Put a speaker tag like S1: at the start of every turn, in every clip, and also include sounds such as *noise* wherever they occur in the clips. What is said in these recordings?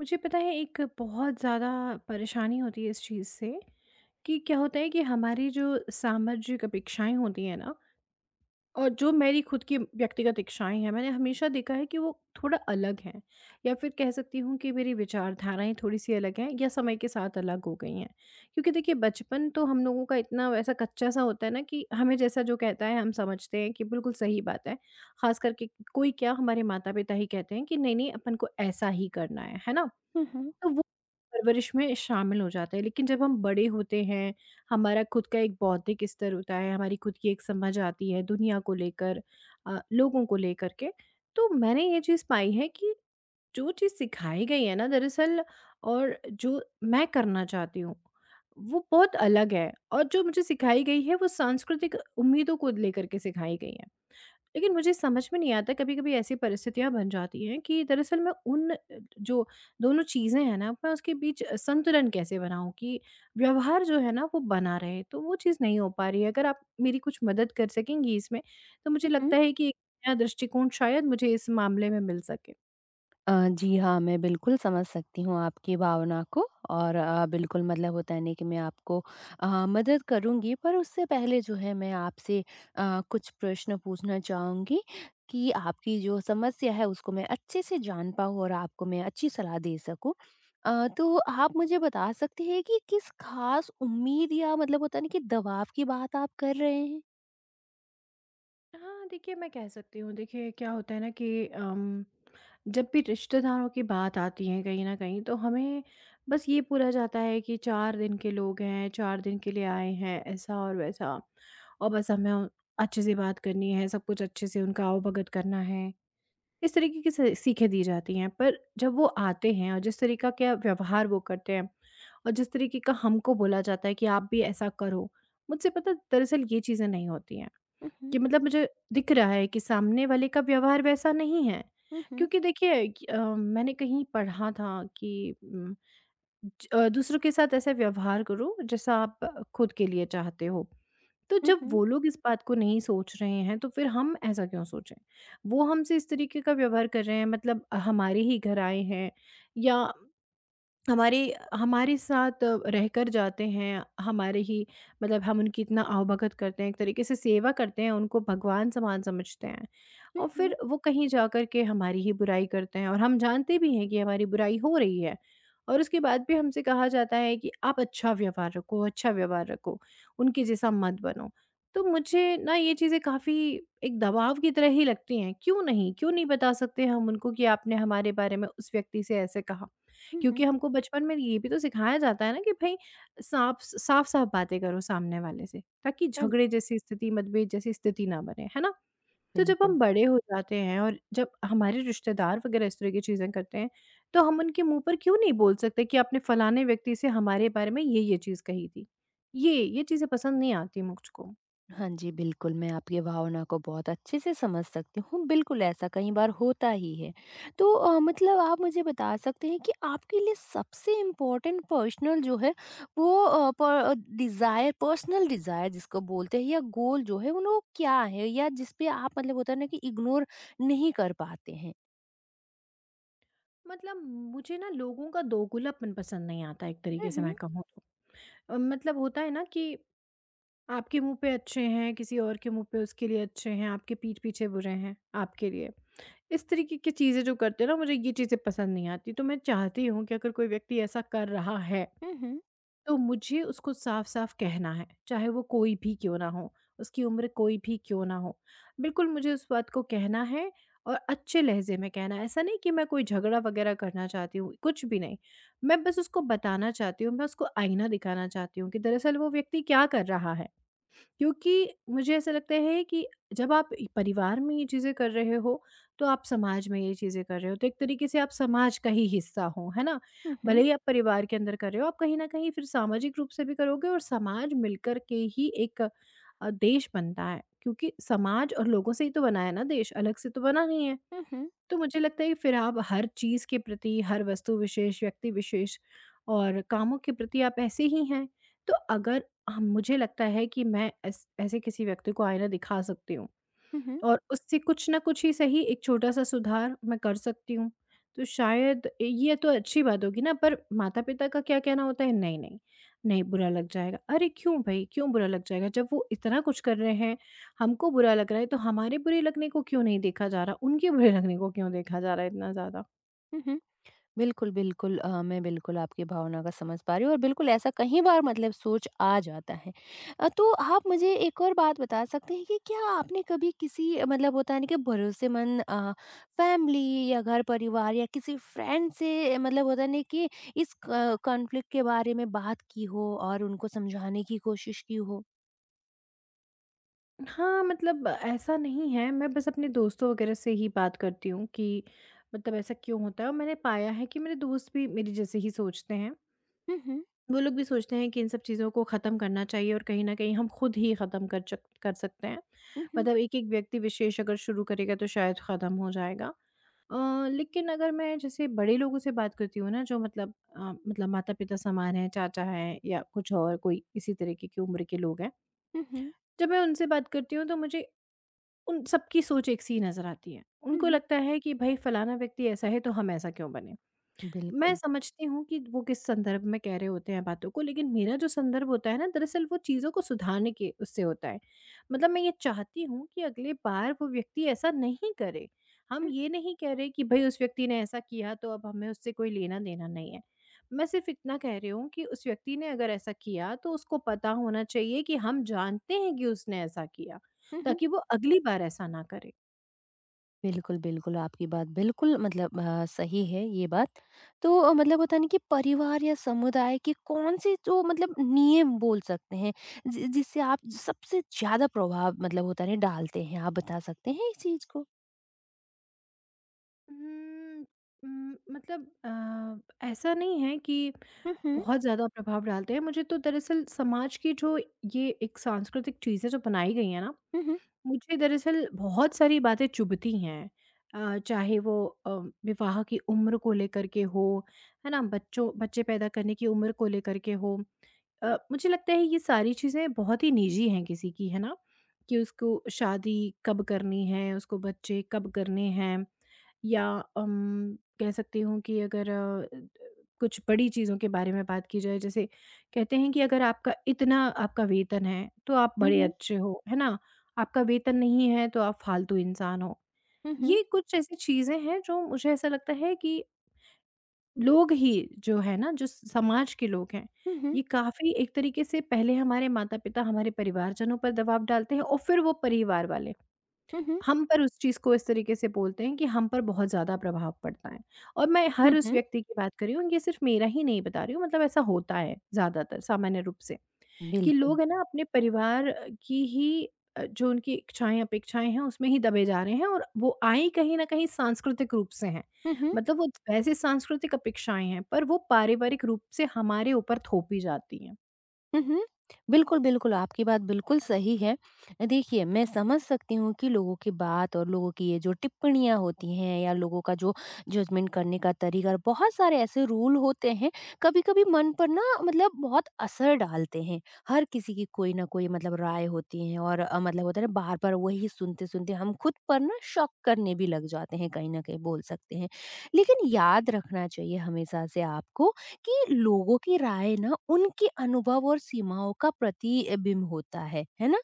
S1: मुझे पता है एक बहुत ज़्यादा परेशानी होती है इस चीज़ से कि क्या होता है कि हमारी जो सामाजिक अपेक्षाएं होती हैं ना। और जो मेरी खुद की व्यक्तिगत इच्छाएं हैं मैंने हमेशा देखा है कि वो थोड़ा अलग हैं। या फिर कह सकती हूँ कि मेरी विचारधाराएं थोड़ी सी अलग हैं या समय के साथ अलग हो गई हैं। क्योंकि देखिए बचपन तो हम लोगों का इतना वैसा कच्चा सा होता है ना कि हमें जैसा जो कहता है हम समझते हैं कि बिल्कुल सही बात है। खास करके कोई क्या हमारे माता पिता ही कहते हैं कि नहीं नहीं अपन को ऐसा ही करना है ना।
S2: हुँ, हुँ।
S1: तो वो परवरिश में शामिल हो जाता है। लेकिन जब हम बड़े होते हैं, हमारा खुद का एक बौद्धिक स्तर होता है, हमारी खुद की एक समझ आती है दुनिया को लेकर, लोगों को लेकर के। तो मैंने ये चीज़ पाई है कि जो चीज़ सिखाई गई है ना दरअसल, और जो मैं करना चाहती हूँ, वो बहुत अलग है, और जो मुझे सिखाई गई है वो सांस्कृतिक उम्मीदों को लेकर के सिखाई गई है। लेकिन मुझे समझ में नहीं आता, कभी-कभी ऐसी परिस्थितियाँ बन जाती हैं कि दरअसल मैं उन, जो दोनों चीज़ें हैं ना, मैं उसके बीच संतुलन कैसे बनाऊँ कि व्यवहार जो है ना वो बना रहे? तो वो चीज़ नहीं हो पा रही है। अगर आप मेरी कुछ मदद कर सकेंगी इसमें, तो मुझे
S2: हुँ, हुँ।
S1: लगता है कि एक नया दृष्टिकोण शायद मुझे इस मामले में मिल सके।
S2: जी हाँ, मैं बिल्कुल समझ सकती हूँ आपकी भावना को और बिल्कुल मतलब होता है ना कि मैं आपको मदद करूँगी पर उससे पहले जो है मैं आपसे कुछ प्रश्न पूछना चाहूँगी कि आपकी जो समस्या है उसको मैं अच्छे से जान पाऊँ और आपको मैं अच्छी सलाह दे सकूँ। तो आप मुझे बता सकते हैं कि किस ख़ास उम्मीद या मतलब होता है ना कि दबाव की बात आप कर रहे हैं?
S1: हाँ, देखिए मैं कह सकती हूँ। देखिए क्या होता है ना कि जब भी रिश्तेदारों की बात आती है कहीं न कहीं, तो हमें बस ये बोला जाता है कि 4 दिन के लोग हैं, 4 दिन के लिए आए हैं, ऐसा और वैसा। और बस हमें अच्छे से बात करनी है, सब कुछ अच्छे से उनका आवभगत करना है। इस तरीके की स सीखें दी जाती हैं। पर जब वो आते हैं और जिस तरीका का व्यवहार वो करते हैं और जिस तरीके का हमको बोला जाता है कि आप भी ऐसा करो, मुझसे पता है दरअसल ये चीज़ें नहीं होती हैं।
S2: हुँ, हुँ।
S1: कि मतलब मुझे दिख रहा है कि सामने वाले का व्यवहार वैसा नहीं है।
S2: हुँ, हुँ।
S1: क्योंकि देखिए कि मैंने कहीं पढ़ा था कि दूसरों के साथ ऐसा व्यवहार करो जैसा आप खुद के लिए चाहते हो। तो
S2: हुँ,
S1: जब
S2: हुँ।
S1: वो लोग इस बात को नहीं सोच रहे हैं तो फिर हम ऐसा क्यों सोचें? वो हमसे इस तरीके का व्यवहार कर रहे हैं, मतलब हमारे ही घर आए हैं, या हमारे हमारे साथ रहकर जाते हैं, हमारे ही, मतलब हम उनकी इतना आवभगत करते हैं, एक तरीके से सेवा करते हैं, उनको भगवान समान समझते हैं।
S2: हुँ,
S1: और
S2: हुँ।
S1: फिर वो कहीं जाकर के हमारी ही बुराई करते हैं और हम जानते भी हैं कि हमारी बुराई हो रही है। और उसके बाद भी हमसे कहा जाता है कि आप अच्छा व्यवहार रखो, उनके जैसा मत बनो। तो मुझे ना ये चीज़ें काफ़ी एक दबाव की तरह ही लगती हैं। क्यों नहीं? क्यों नहीं बता सकते हम उनको कि आपने हमारे बारे में उस व्यक्ति से ऐसे कहा?
S2: हुँ, हुँ।
S1: क्योंकि हमको बचपन में ये भी तो सिखाया जाता है ना कि भई साफ-साफ बातें करो सामने वाले से, ताकि
S2: हाँ जी,
S1: झगड़े जैसी स्थिति, मतभेद जैसी स्थिति ना बने, है ना? तो जब
S2: बिल्कुल।
S1: हम बड़े हो जाते हैं और जब हमारे रिश्तेदार वगैरह इस तरह की चीज़ें करते हैं, तो हम उनके मुँह पर क्यों नहीं बोल सकते कि आपने फलाने व्यक्ति से हमारे बारे में ये-ये चीज़ कही थी। ये चीज़ें पसंद नहीं आती मुझको।
S2: हाँ जी, बिल्कुल, मैं आपकी भावना को बहुत अच्छे से समझ सकती हूँ। बिल्कुल, ऐसा कई बार होता ही है। तो मतलब आप मुझे बता सकते हैं कि आपके लिए सबसे इम्पोर्टेंट पर्सनल जो है वो अ, प डिज़ायर पर्सनल डिज़ायर जिसको बोलते हैं या गोल जो है, उन वो क्या है? या जिस पे आप मतलब होता है ना कि इग्नोर नहीं कर पाते हैं?
S1: मतलब मुझे ना लोगों का दोगलापन पसंद नहीं आता, एक तरीके
S2: हुँ,
S1: से
S2: हुँ।
S1: मैं कहूँ तो। मतलब होता है ना कि आपके मुँह पे अच्छे हैं, किसी और के मुँह पे उसके लिए अच्छे हैं, आपके पीठ पीछे बुरे हैं आपके लिए। इस तरीके की चीज़ें जो करते हैं ना, मुझे ये चीज़ें पसंद नहीं आती। तो मैं चाहती हूँ कि अगर कोई व्यक्ति ऐसा कर रहा है,
S2: हुँ, हुँ।
S1: तो मुझे उसको साफ-साफ कहना है, चाहे वो कोई भी क्यों ना हो, उसकी उम्र कोई भी क्यों ना हो। बिल्कुल मुझे उस बात को कहना है और अच्छे लहज़े में कहना है। ऐसा नहीं कि मैं कोई झगड़ा वगैरह करना चाहती हूँ, कुछ भी नहीं। मैं बस उसको बताना चाहती हूँ, मैं उसको आईना दिखाना चाहती हूँ कि दरअसल वो व्यक्ति क्या कर रहा है। क्योंकि मुझे ऐसा लगता है कि जब आप परिवार में ये चीज़ें कर रहे हो, तो आप समाज में ये चीज़ें कर रहे हो। तो एक तरीके से आप समाज का ही हिस्सा हो, है ना?
S2: हुँ,
S1: भले
S2: हुँ।
S1: ही आप परिवार के अंदर कर रहे हो, आप कहीं न कहीं फिर सामाजिक रूप से भी करोगे, और समाज मिलकर के ही एक, देश बनता है। क्योंकि समाज और लोगों से ही तो बना है ना देश, अलग से तो बना नहीं है।
S2: हुँ, हुँ।
S1: तो मुझे लगता है कि फिर आप हर चीज़ के प्रति, हर वस्तु विशेष, व्यक्ति विशेष और कामों के प्रति आप ऐसे ही हैं। तो अगर हम मुझे लगता है कि मैं ऐस ऐसे किसी व्यक्ति को आईना दिखा सकती हूँ
S2: हुँ, हुँ।
S1: और उससे कुछ ना कुछ ही सही एक छोटा-सा सुधार मैं कर सकती हूँ। तो शायद ये तो अच्छी बात होगी ना, पर माता-पिता का क्या कहना होता है, नहीं, नहीं, नहीं, बुरा लग जाएगा। अरे क्यों भई, क्यों बुरा लग जाएगा? जब वो इतना कुछ कर रहे हैं, हमको बुरा लग रहा है, तो हमारे बुरे लगने को क्यों नहीं देखा जा रहा? उनके बुरे *laughs* लगने को क्यों देखा जा रहा है इतना ज़्यादा?
S2: हुँ, हुँ। बिल्कुल, बिल्कुल मैं बिल्कुल आपकी भावना का समझ पा रही हूँ और बिल्कुल ऐसा कई बार मतलब सोच आ जाता है। तो आप मुझे एक और बात बता सकते हैं कि क्या आपने कभी किसी मतलब होता है ना कि भरोसेमंद फैमिली या घर परिवार या किसी फ्रेंड से मतलब होता है ना कि इस क कॉन्फ्लिक्ट के बारे में बात की हो और उनको समझाने की कोशिश की हो?
S1: हाँ, मतलब ऐसा नहीं है, मैं बस अपने दोस्तों वगैरह से ही बात करती हूँ कि मतलब ऐसा क्यों होता है, और मैंने पाया है कि मेरे दोस्त भी मेरी जैसे ही सोचते हैं।
S2: हुँ, हुँ।
S1: वो लोग भी सोचते हैं कि इन सब चीज़ों को ख़त्म करना चाहिए और कहीं न कहीं हम खुद ही ख़त्म कर सकते हैं।
S2: हुँ, हुँ।
S1: मतलब एक-एक व्यक्ति विशेष अगर शुरू करेगा तो शायद ख़त्म हो जाएगा। लेकिन अगर मैं जैसे बड़े लोगों से बात करती हूँ ना, जो मतलब मतलब माता-पिता समान हैं, चाचा हैं या कुछ और कोई इसी तरीके की उम्र के लोग हैं।
S2: हुँ, हुँ।
S1: जब मैं उनसे बात करती हूँ तो मुझे उन सबकी सोच एक सी नज़र आती है।
S2: हुँ,
S1: उनको
S2: हुँ।
S1: लगता है कि भई फलाना व्यक्ति ऐसा है तो हम ऐसा क्यों बने? मैं
S2: बिल्कुल।
S1: समझती हूँ कि वो किस संदर्भ में कह रहे होते हैं बातों को, लेकिन मेरा जो संदर्भ होता है ना दरअसल वो चीज़ों को सुधारने के उससे होता है। मतलब मैं ये चाहती हूँ कि अगले बार वो व्यक्ति ऐसा नहीं करे। हम
S2: हुँ,
S1: ये नहीं कह रहे कि भाई उस व्यक्ति ने ऐसा किया तो अब हमें उससे कोई लेना देना नहीं है। मैं सिर्फ इतना कह रही हूँ कि उस व्यक्ति ने अगर ऐसा किया तो उसको पता होना चाहिए कि हम जानते हैं कि उसने ऐसा किया,
S2: हुँ, हुँ।
S1: ताकि वो अगली बार ऐसा ना करे।
S2: बिल्कुल, बिल्कुल, आपकी बात बिल्कुल मतलब सही है ये बात। तो मतलब होता है ना कि परिवार या समुदाय के कौन-से जो मतलब नियम बोल सकते हैं, जि जिससे आप सबसे ज़्यादा प्रभाव मतलब होता है ना डालते हैं, आप बता सकते हैं इस चीज़ को?
S1: हुँ। मतलब ऐसा नहीं है कि
S2: हुँ, हुँ।
S1: बहुत ज़्यादा प्रभाव डालते हैं। मुझे तो दरअसल समाज की जो ये एक सांस्कृतिक चीज़ें जो बनाई गई हैं ना,
S2: हुँ, हुँ।
S1: मुझे दरअसल बहुत सारी बातें चुभती हैं। चाहे वो अ, विवाह की उम्र को लेकर के हो, है ना? बच्चों बच्चे पैदा करने की उम्र को लेकर के हो। मुझे लगता है ये सारी चीज़ें बहुत ही निजी हैं किसी की, है ना? कि उसको शादी कब करनी है, उसको बच्चे कब करने हैं, या कह सकती हूँ कि अगर अ, द कुछ बड़ी चीज़ों के बारे में बात की जाए, जैसे कहते हैं कि अगर आपका इतना आपका वेतन है, तो आप
S2: हुँ,
S1: बड़े
S2: हुँ।
S1: अच्छे हो, है ना? आपका वेतन नहीं है तो आप फ़ालतू इंसान हो।
S2: हुँ, हुँ।
S1: ये कुछ ऐसी चीज़ें हैं जो, मुझे ऐसा लगता है कि लोग ही, जो है ना जो समाज के लोग हैं,
S2: हुँ, हुँ।
S1: ये काफ़ी एक तरीके से पहले हमारे माता-पिता, हमारे परिवारजनों पर दबाव डालते हैं, और फिर वो परिवार वाले
S2: हुँ, हुँ।
S1: हम पर उस चीज़ को इस तरीके से बोलते हैं कि हम पर बहुत ज़्यादा प्रभाव पड़ता है। और मैं हर
S2: हुँ,
S1: उस
S2: हुँ।
S1: व्यक्ति की बात कर रही हूँ, ये सिर्फ़ मेरा ही नहीं बता रही हूँ, मतलब ऐसा होता है ज़्यादातर सामान्य रूप से। कि
S2: बिल्कुल।
S1: लोग है ना अपने परिवार की ही, जो उनकी इच्छाएं अपेक्षाएं हैं उसमें ही दबे जा रहे हैं, और वो आई कहीं ना कहीं सांस्कृतिक रूप से हैं।
S2: हुँ, हुँ।
S1: मतलब वो वैसे सांस्कृतिक अपेक्षाएं हैं, पर वो पारिवारिक रूप से हमारे ऊपर थोपी जाती हैं।
S2: हुँ, हुँ। बिल्कुल, बिल्कुल, आपकी बात बिल्कुल सही है। देखिए, मैं समझ सकती हूँ कि लोगों की बात और लोगों की ये जो टिप्पणियाँ होती हैं या लोगों का जो जजमेंट करने का तरीका और बहुत सारे ऐसे रूल होते हैं, कभी-कभी मन पर ना मतलब बहुत असर डालते हैं। हर किसी की कोई न कोई मतलब राय होती है और मतलब होता है ना बार-बार वही सुनते-सुनते हम खुद पर ना शक करने भी लग जाते हैं, कहीं न कहीं बोल सकते हैं। लेकिन याद रखना चाहिए हमेशा से आपको कि लोगों की राय ना उनके अनुभव और सीमाओं का प्रतिबिंब होता है ना?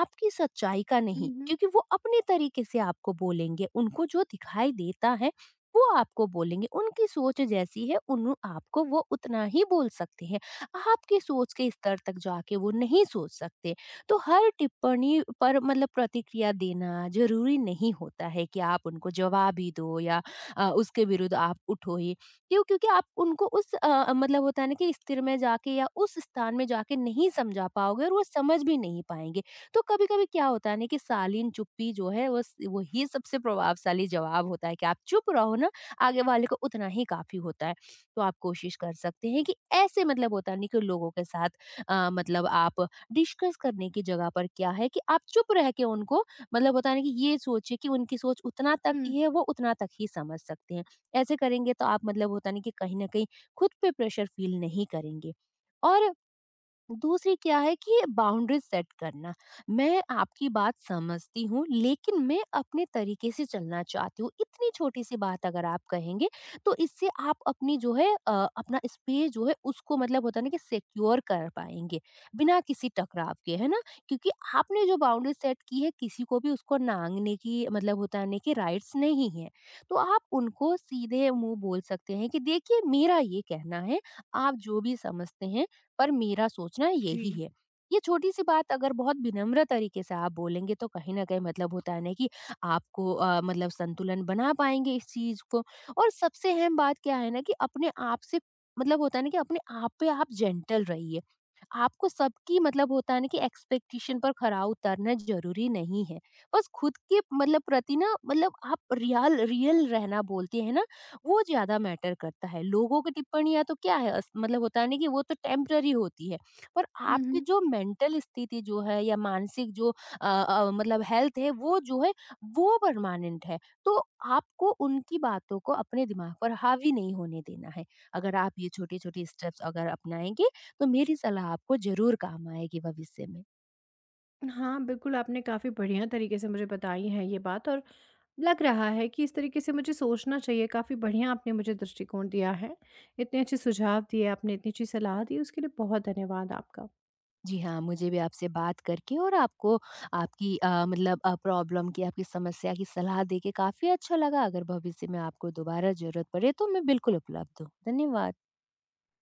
S2: आपकी सच्चाई का नहीं,
S1: हम्म, हम्म।
S2: क्योंकि वो अपने तरीके से आपको बोलेंगे, उनको जो दिखाई देता है वो आपको बोलेंगे, उनकी सोच जैसी है उन आपको वो उतना ही बोल सकते हैं, आपकी सोच के स्तर तक जाके वो नहीं सोच सकते। तो हर टिप्पणी पर मतलब प्रतिक्रिया देना ज़रूरी नहीं होता है कि आप उनको जवाब ही दो या उसके विरुद्ध आप उठो ही। क्यों? क्योंकि आप उनको उस मतलब होता है ना कि स्थिर में जाके या उस स्थान में जाके नहीं समझा पाओगे और वो समझ भी नहीं पाएँगे। तो कभी-कभी क्या होता है ना कि शालीन चुप्पी जो है वो स वही सबसे प्रभावशाली जवाब होता है, कि आप चुप रहो ना, आगे वाले को उतना ही काफ़ी होता है। तो आप कोशिश कर सकते हैं कि ऐसे मतलब होता है ना कि लोगों के साथ मतलब आप डिस्कस करने की जगह पर क्या है कि आप चुप रह के उनको मतलब होता है ना कि ये सोचिए कि उनकी सोच उतना तक
S1: हम्म,
S2: ही है, वो उतना तक ही समझ सकते हैं। ऐसे करेंगे तो आप मतलब होता नहीं कि कहीं ना कहीं खुद पे प्रेशर फील नहीं करेंगे। और दूसरी क्या है कि बाउंड्रीज सेट करना। मैं आपकी बात समझती हूँ, लेकिन मैं अपने तरीके से चलना चाहती हूँ, इतनी छोटी सी बात अगर आप कहेंगे तो इससे आप अपनी जो है अपना स्पेस जो है उसको मतलब होता है ना कि सिक्योर कर पाएंगे, बिना किसी टकराव के, है ना? क्योंकि आपने जो बाउंड्री सेट की है, किसी को भी उसको नांगने की मतलब होता है ना कि राइट्स नहीं है। तो आप उनको सीधे मुंह बोल सकते हैं कि देखिए, मेरा ये कहना है, आप जो भी समझते हैं पर मेरा सोचना
S1: जी।
S2: यही है। ये छोटी-सी बात अगर बहुत विनम्र तरीके से आप बोलेंगे तो कहीं न कहीं मतलब होता है ना कि आपको मतलब संतुलन बना पाएँगे इस चीज़ को। और सबसे अहम बात क्या है ना कि अपने आप से मतलब होता है ना कि अपने आप पे आप जेंटल रहिए। आपको सबकी मतलब होता है ना कि एक्सपेक्टेशन पर खरा उतरना जरूरी नहीं है। बस खुद के मतलब प्रति ना मतलब आप रियल रियल रहना बोलते हैं ना, वो ज्यादा मैटर करता है। लोगों की टिप्पणियां तो क्या है, मतलब होता है ना कि वो तो टेम्पररी होती है, पर
S1: हम्म,
S2: आपकी
S1: हम्म।
S2: जो मेंटल स्थिति जो है या मानसिक जो मतलब हेल्थ है वो जो है वो परमानेंट है। तो आपको उनकी बातों को अपने दिमाग पर हावी नहीं होने देना है। अगर आप ये छोटे छोटे स्टेप्स अगर अपनाएंगे तो मेरी सलाह आपको ज़रूर काम आएगी भविष्य में।
S1: हाँ बिल्कुल, आपने काफ़ी बढ़िया तरीके से मुझे बताई है ये बात, और लग रहा है कि इस तरीके से मुझे सोचना चाहिए। काफ़ी बढ़िया आपने मुझे दृष्टिकोण दिया है। इतने अच्छे सुझाव दिए आपने, इतनी अच्छी सलाह दी, उसके लिए बहुत धन्यवाद आपका।
S2: जी हाँ, मुझे भी आपसे बात करके और आपको आपकी मतलब प्रॉब्लम की, आपकी समस्या की सलाह देके काफ़ी अच्छा लगा। अगर भविष्य में आपको दोबारा ज़रूरत पड़े तो मैं बिल्कुल उपलब्ध हूँ। धन्यवाद।